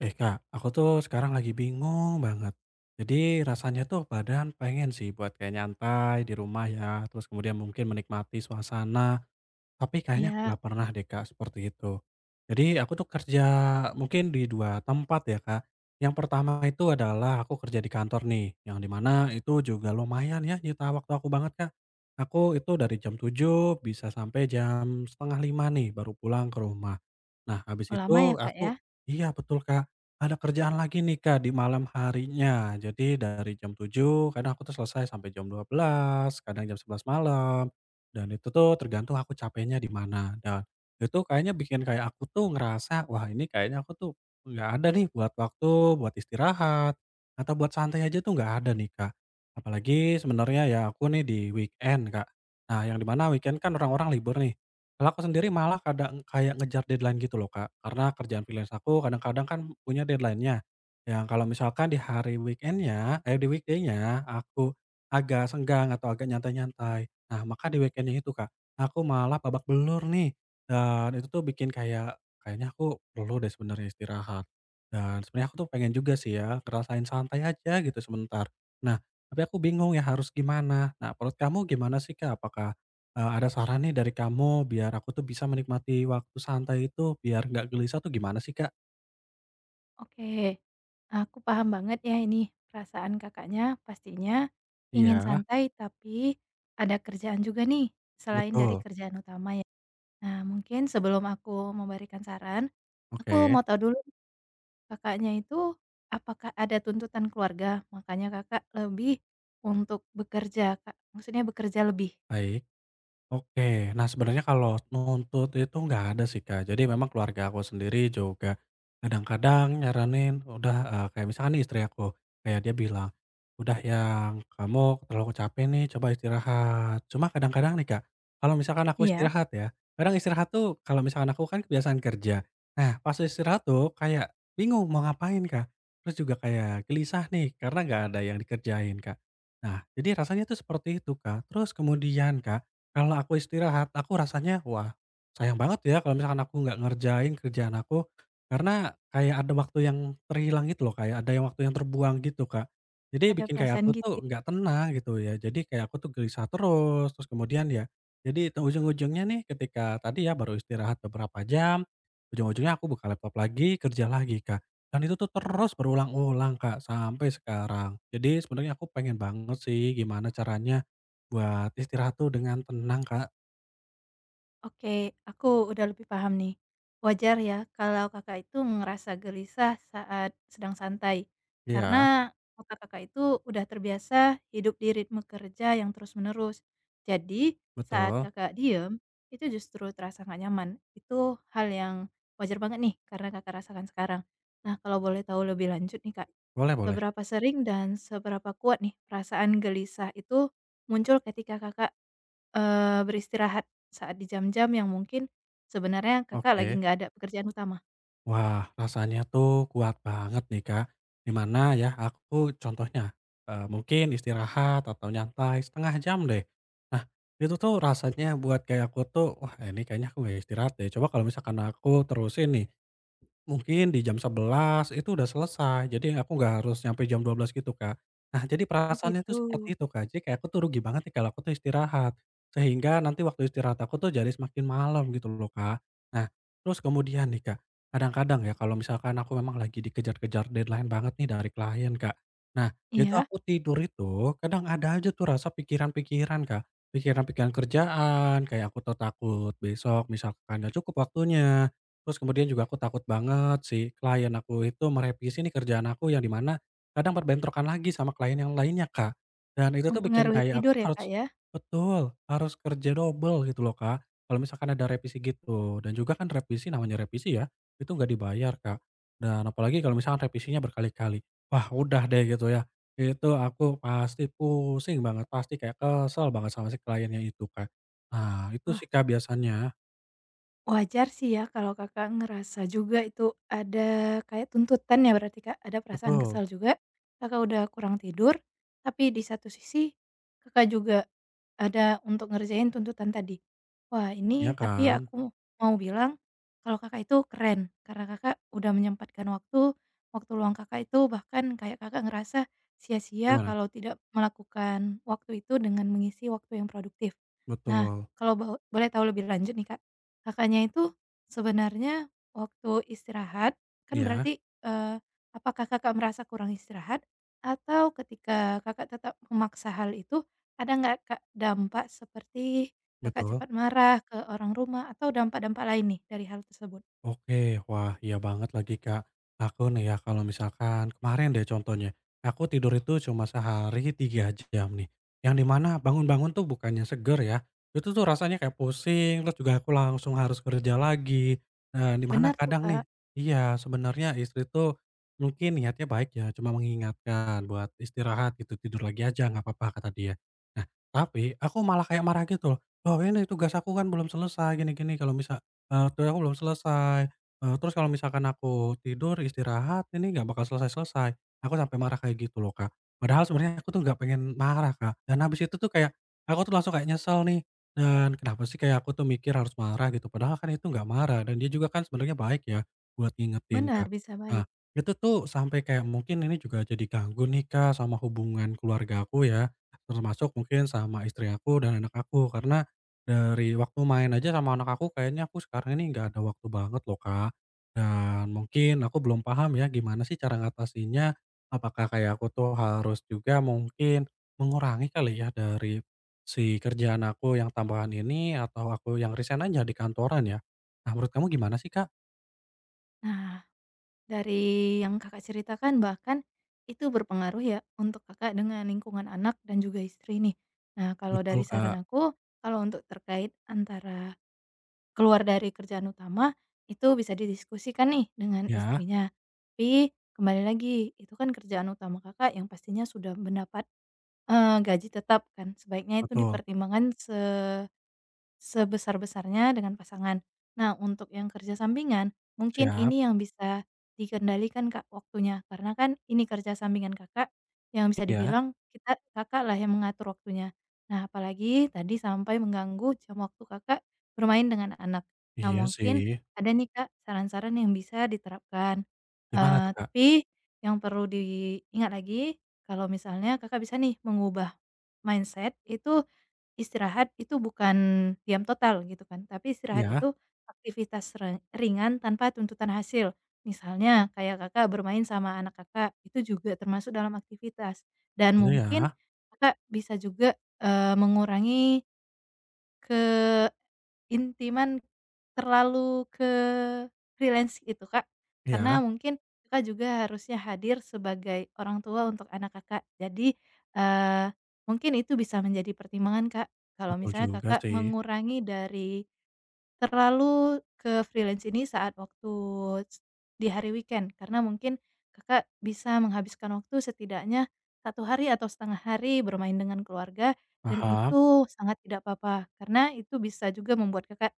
Eh Kak, aku tuh sekarang lagi bingung banget. Jadi rasanya tuh badan pengen sih buat kayak nyantai di rumah ya, terus kemudian mungkin menikmati suasana. Tapi kayaknya aku Iya, nggak pernah deh, Kak, seperti itu. Jadi aku tuh kerja mungkin di 2 tempat ya, Kak. Yang pertama itu adalah aku kerja di kantor nih, yang di mana itu juga lumayan ya nyita waktu aku banget, Kak. Aku itu dari jam 7 bisa sampai jam setengah lima nih baru pulang ke rumah. Nah, habis oh lama ya itu Kak aku. ya? Iya, betul, Kak. Ada kerjaan lagi nih, Kak, di malam harinya. Jadi dari jam 7 kadang aku tuh selesai sampai jam 12, kadang jam 11 malam. Dan itu tuh tergantung aku capeknya di mana, dan itu kayaknya bikin kayak aku tuh ngerasa, "Wah, ini kayaknya aku tuh nggak ada nih buat waktu buat istirahat, atau buat santai aja tuh nggak ada nih, Kak." Apalagi sebenarnya ya aku nih di weekend, Kak. Nah, yang di mana weekend kan orang-orang libur nih. Kalau aku sendiri malah kadang kayak ngejar deadline gitu loh, Kak. Karena kerjaan freelance aku kadang-kadang kan punya deadline-nya. Yang kalau misalkan di hari di weekday-nya aku agak senggang atau agak nyantai-nyantai. Nah, maka di weekend-nya itu, Kak, aku malah babak belur nih, dan itu tuh bikin kayak, kayaknya aku perlu deh sebenarnya istirahat. Dan sebenarnya aku tuh pengen juga sih ya, ngerasain santai aja gitu sebentar. Nah, tapi aku bingung ya harus gimana. Nah, menurut kamu gimana sih, Kak? Apakah, ada saran nih dari kamu biar aku tuh bisa menikmati waktu santai itu biar nggak gelisah tuh gimana sih, Kak? Oke, aku paham banget ya ini perasaan Kakaknya pastinya ingin Iya, santai tapi ada kerjaan juga nih selain dari betul. kerjaan utama ya. Nah mungkin sebelum aku memberikan saran, aku Oke, mau tahu dulu Kakaknya itu apakah ada tuntutan keluarga makanya Kakak lebih untuk bekerja Kak? Maksudnya bekerja lebih? baik. Oke. Nah, sebenarnya kalau nuntut itu nggak ada sih, Kak. Jadi memang keluarga aku sendiri juga kadang-kadang nyaranin, udah, kayak misalkan nih istri aku, kayak dia bilang, "Udah yang kamu terlalu capek nih, coba istirahat." Cuma kadang-kadang nih, Kak, kalau misalkan aku Iya? istirahat ya, kadang istirahat tuh kalau misalkan aku kan kebiasaan kerja. Nah, pas istirahat tuh kayak bingung mau ngapain, Kak. Terus juga kayak gelisah nih karena nggak ada yang dikerjain, Kak. Nah, jadi rasanya tuh seperti itu, Kak. Terus kemudian, Kak, kalau aku istirahat, aku rasanya, wah, sayang banget ya kalau misalkan aku nggak ngerjain kerjaan aku, karena kayak ada waktu yang terhilang gitu loh, kayak ada yang waktu yang terbuang gitu, Kak. Jadi Ada bikin kayak perasaan aku gitu tuh ya? nggak tenang gitu ya, jadi kayak aku tuh gelisah terus, terus kemudian ya jadi ujung-ujungnya nih ketika tadi ya baru istirahat beberapa jam, ujung-ujungnya aku buka laptop lagi, kerja lagi, Kak. Dan itu tuh terus berulang-ulang, Kak, sampai sekarang. Jadi sebenarnya aku pengen banget sih gimana caranya buat istirahat tuh dengan tenang, Kak. Oke, aku udah lebih paham nih. Wajar ya kalau Kakak itu ngerasa gelisah saat sedang santai, Iya. karena otak Kakak itu udah terbiasa hidup di ritme kerja yang terus-menerus. Jadi, saat Betul. Kakak diem, itu justru terasa nggak nyaman. Itu hal yang wajar banget nih, karena Kakak rasakan sekarang. Nah, kalau boleh tahu lebih lanjut nih Kak, Boleh boleh. seberapa sering dan seberapa kuat nih perasaan gelisah itu muncul ketika Kakak beristirahat saat di jam-jam yang mungkin sebenarnya Kakak lagi Oke. nggak ada pekerjaan utama? Wah, rasanya tuh kuat banget nih, Kak. Di mana ya aku contohnya, mungkin istirahat atau nyantai setengah jam deh. Nah, itu tuh rasanya buat kayak aku tuh, "Wah, ini kayaknya aku nggak istirahat deh. Coba kalau misalkan aku terusin nih, mungkin di jam 11 itu udah selesai, jadi aku nggak harus nyampe jam 12 gitu, Kak." Nah, jadi Oh perasaannya tuh gitu. seperti itu, Kak. Jadi kayak aku tuh rugi banget nih kalau aku tuh istirahat, sehingga nanti waktu istirahat aku tuh jadi semakin malam gitu loh, Kak. Nah, terus kemudian nih, Kak, kadang-kadang ya kalau misalkan aku memang lagi dikejar-kejar deadline banget nih dari klien, Kak. Nah, itu Iya, aku tidur itu kadang ada aja tuh rasa pikiran-pikiran, Kak. Pikiran-pikiran kerjaan, kayak aku tuh takut besok misalkan nggak cukup waktunya. Terus kemudian juga aku takut banget si klien aku itu merevisi nih kerjaan aku yang di mana kadang berbentrokan lagi sama klien yang lainnya, Kak. Dan itu tuh bikin mempengaruhi kayak aku tidur tuh ya, harus Kak, ya? betul, harus kerja double gitu loh, Kak, kalau misalkan ada revisi gitu. Dan juga kan revisi namanya revisi ya, itu nggak dibayar, Kak. Dan apalagi kalau misalkan revisinya berkali-kali. Wah, udah deh gitu ya. Itu aku pasti pusing banget, pasti kayak kesel banget sama si kliennya itu, Kak. Nah, itu sih, Kak, biasanya. Wajar sih ya kalau Kakak ngerasa juga itu ada kayak tuntutan ya berarti Kak, ada perasaan Betul, kesal juga, Kakak udah kurang tidur, tapi di satu sisi Kakak juga ada untuk ngerjain tuntutan tadi. Wah iya ini tapi kan? aku mau bilang kalau Kakak itu keren, karena Kakak udah menyempatkan waktu, waktu luang Kakak itu bahkan kayak Kakak ngerasa sia-sia Gimana? kalau tidak melakukan waktu itu dengan mengisi waktu yang produktif. Nah Betul, kalau boleh tahu lebih lanjut nih Kak, Kakaknya itu sebenarnya waktu istirahat kan iya, berarti, apakah Kakak merasa kurang istirahat atau ketika Kakak tetap memaksa hal itu, ada nggak Kak dampak seperti Kakak betul. cepat marah ke orang rumah atau dampak-dampak lain nih dari hal tersebut? Oke, wah iya banget lagi Kak. Aku nih ya kalau misalkan kemarin deh contohnya, aku tidur itu cuma sehari 3 jam nih. Yang di mana bangun-bangun tuh bukannya seger ya, itu tuh rasanya kayak pusing, terus juga aku langsung harus kerja lagi. Nah, di Benar mana tuh kadang nih Kak, iya, sebenarnya istri tuh mungkin niatnya baik ya, cuma mengingatkan buat istirahat gitu, "Tidur lagi aja nggak apa-apa," kata dia. Nah, tapi aku malah kayak marah gitu loh, "Loh ini tugas aku kan belum selesai, gini-gini, kalau misal. Tuh aku belum selesai, terus kalau misalkan aku tidur, istirahat, ini nggak bakal selesai-selesai." Aku sampai marah kayak gitu loh, Kak. Padahal sebenarnya aku tuh nggak pengen marah, Kak, dan habis itu tuh kayak aku tuh langsung kayak nyesel nih, dan kenapa sih kayak aku tuh mikir harus marah gitu, padahal kan itu nggak marah dan dia juga kan sebenarnya baik ya buat ngingetin, benar Kak. bisa Nah, baik. itu tuh sampai kayak mungkin ini juga jadi ganggu nih, Kak, sama hubungan keluarga aku ya, termasuk mungkin sama istri aku dan anak aku, karena dari waktu main aja sama anak aku kayaknya aku sekarang ini nggak ada waktu banget loh, Kak. Dan mungkin aku belum paham ya gimana sih cara ngatasinnya. Apakah kayak aku tuh harus juga mungkin mengurangi kali ya dari si kerjaan aku yang tambahan ini atau aku yang resign aja di kantoran ya? Nah, menurut kamu gimana sih, Kak? Nah, dari yang Kakak ceritakan bahkan itu berpengaruh ya untuk Kakak dengan lingkungan anak dan juga istri nih. Nah, kalau dari Betul, saran Kak. aku, kalau untuk terkait antara keluar dari kerjaan utama, itu bisa didiskusikan nih dengan Ya, istrinya. Tapi kembali lagi, itu kan kerjaan utama Kakak yang pastinya sudah mendapat, gaji tetap kan, sebaiknya itu betul. dipertimbangkan sebesar-besarnya dengan pasangan. Nah, untuk yang kerja sampingan, mungkin Siap, ini yang bisa dikendalikan, Kak, waktunya. Karena kan ini kerja sampingan Kakak yang bisa iya. dibilang kita Kakaklah yang mengatur waktunya. Nah, apalagi tadi sampai mengganggu jam waktu Kakak bermain dengan anak. Nah, Iya mungkin sih. ada nih, Kak, saran-saran yang bisa diterapkan. Gimana Eee, tuh, Kak? tapi yang perlu diingat lagi, kalau misalnya Kakak bisa nih mengubah mindset itu. Istirahat itu bukan diam total gitu kan, tapi istirahat Ya itu aktivitas ringan tanpa tuntutan hasil. Misalnya kayak Kakak bermain sama anak Kakak, itu juga termasuk dalam aktivitas. Dan itu mungkin ya. Kakak bisa juga, mengurangi intiman terlalu ke freelance itu, Kak, Ya karena mungkin Kakak juga harusnya hadir sebagai orang tua untuk anak Kakak. Jadi, eee, mungkin itu bisa menjadi pertimbangan, Kak, kalau betul misalnya juga Kakak sih. mengurangi dari terlalu ke freelance ini saat waktu s di hari weekend, karena mungkin Kakak bisa menghabiskan waktu setidaknya satu hari atau setengah hari bermain dengan keluarga, dan Paham, itu sangat tidak apa-apa, karena itu bisa juga membuat Kakak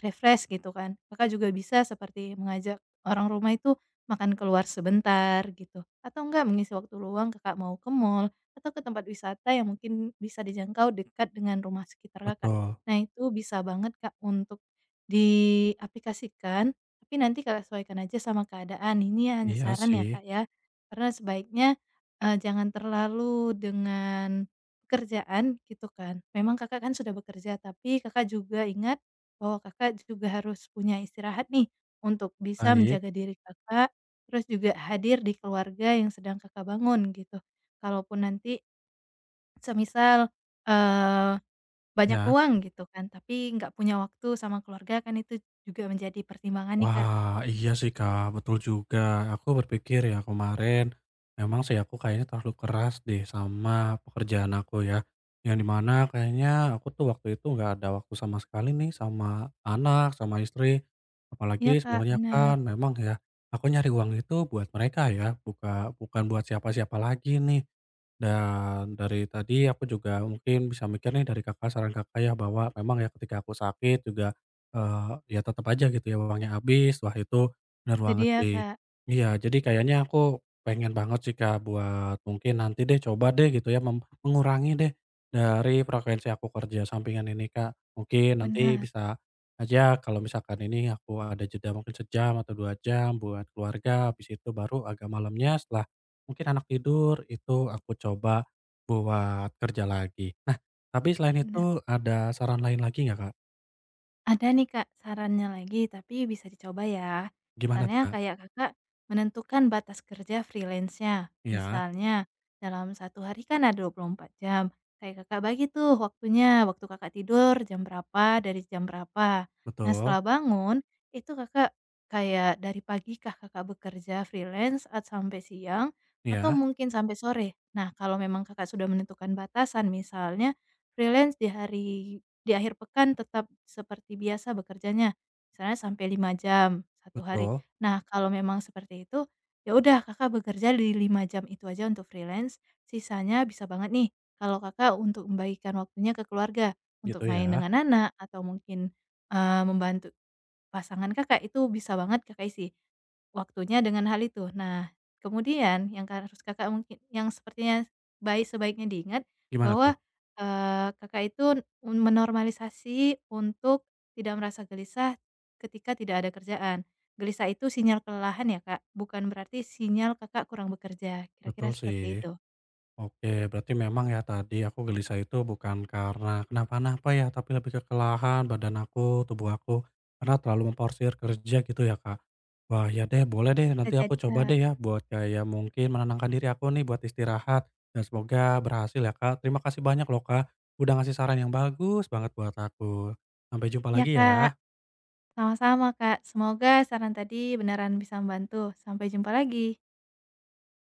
refresh gitu kan. Kakak juga bisa seperti mengajak orang rumah itu makan keluar sebentar gitu, atau enggak mengisi waktu luang Kakak mau ke mall, atau ke tempat wisata yang mungkin bisa dijangkau dekat dengan rumah sekitar Kakak. betul. Nah itu bisa banget Kak untuk diaplikasikan, tapi nanti Kakak sesuaikan aja sama keadaan. Ini ya hanya Iya saran ya, sih, Kak, ya. Karena sebaiknya, jangan terlalu dengan pekerjaan gitu kan. Memang Kakak kan sudah bekerja, tapi Kakak juga ingat bahwa Kakak juga harus punya istirahat nih untuk bisa baik, menjaga diri Kakak, terus juga hadir di keluarga yang sedang Kakak bangun gitu. Kalaupun nanti semisal, eee banyak ya. uang gitu kan, tapi nggak punya waktu sama keluarga kan itu juga menjadi pertimbangan nih, Kak. Wah, iya sih, Kak, betul juga. Aku berpikir ya kemarin, memang sih aku kayaknya terlalu keras deh sama pekerjaan aku ya. Yang dimana kayaknya aku tuh waktu itu nggak ada waktu sama sekali nih sama anak, sama istri. Iya, Apalagi Kak, sebenarnya benar. kan memang ya, aku nyari uang itu buat mereka ya, bukan buat siapa-siapa lagi nih. Dan dari tadi aku juga mungkin bisa mikir nih dari Kakak, saran Kakak ya bahwa memang ya ketika aku sakit juga ya tetep aja gitu ya uangnya habis, wah itu bener Itu banget dia, sih. Kak. Iya, jadi kayaknya aku pengen banget sih, Kak, buat mungkin nanti deh coba deh gitu ya mengurangi deh dari frekuensi aku kerja sampingan ini, Kak. Mungkin nanti Benar, bisa aja kalau misalkan ini aku ada jeda mungkin sejam atau 2 jam buat keluarga, habis itu baru agak malamnya setelah mungkin anak tidur, itu aku coba buat kerja lagi. Nah, tapi selain benar. itu ada saran lain lagi nggak, Kak? Ada nih Kak, sarannya lagi, tapi bisa dicoba ya. Gimana tuh, Misalnya Kak? kayak Kakak menentukan batas kerja freelance-nya. Iya, Misalnya dalam satu hari kan ada 24 jam. Kayak Kakak bagi tuh waktunya, waktu Kakak tidur jam berapa, dari jam berapa. Nah betul. setelah bangun, itu Kakak kayak dari pagikah Kakak bekerja freelance sampai siang atau Iya, mungkin sampai sore. Nah kalau memang Kakak sudah menentukan batasan misalnya freelance di hari di akhir pekan tetap seperti biasa bekerjanya, misalnya sampai 5 jam satu hari. betul, Nah, kalau memang seperti itu, ya udah Kakak bekerja di 5 jam itu aja untuk freelance, sisanya bisa banget nih kalau Kakak untuk membagikan waktunya ke keluarga, untuk gitu main ya. dengan anak atau mungkin, membantu pasangan Kakak itu bisa banget Kakak isi waktunya dengan hal itu. Nah, kemudian yang harus Kakak mungkin yang sepertinya baik sebaiknya diingat Gimana tuh? bahwa, Kakak itu menormalisasi untuk tidak merasa gelisah ketika tidak ada kerjaan. Gelisah itu sinyal kelelahan ya, Kak, bukan berarti sinyal Kakak kurang bekerja, Betul kira-kira sih. seperti itu. Oke, berarti memang ya tadi aku gelisah itu bukan karena kenapa-napa ya, tapi lebih ke kelelahan badan aku, tubuh aku, karena terlalu memforsir kerja gitu ya, Kak. Wah, ya deh, boleh deh, Bisa nanti aku jadi, coba Kak. deh ya buat kayak mungkin menenangkan diri aku nih buat istirahat, dan semoga berhasil ya, Kak. Terima kasih banyak loh, Kak, udah ngasih saran yang bagus banget buat aku. Sampai jumpa Ya lagi Kak, ya. sama-sama, Kak. Semoga saran tadi beneran bisa membantu. Sampai jumpa lagi.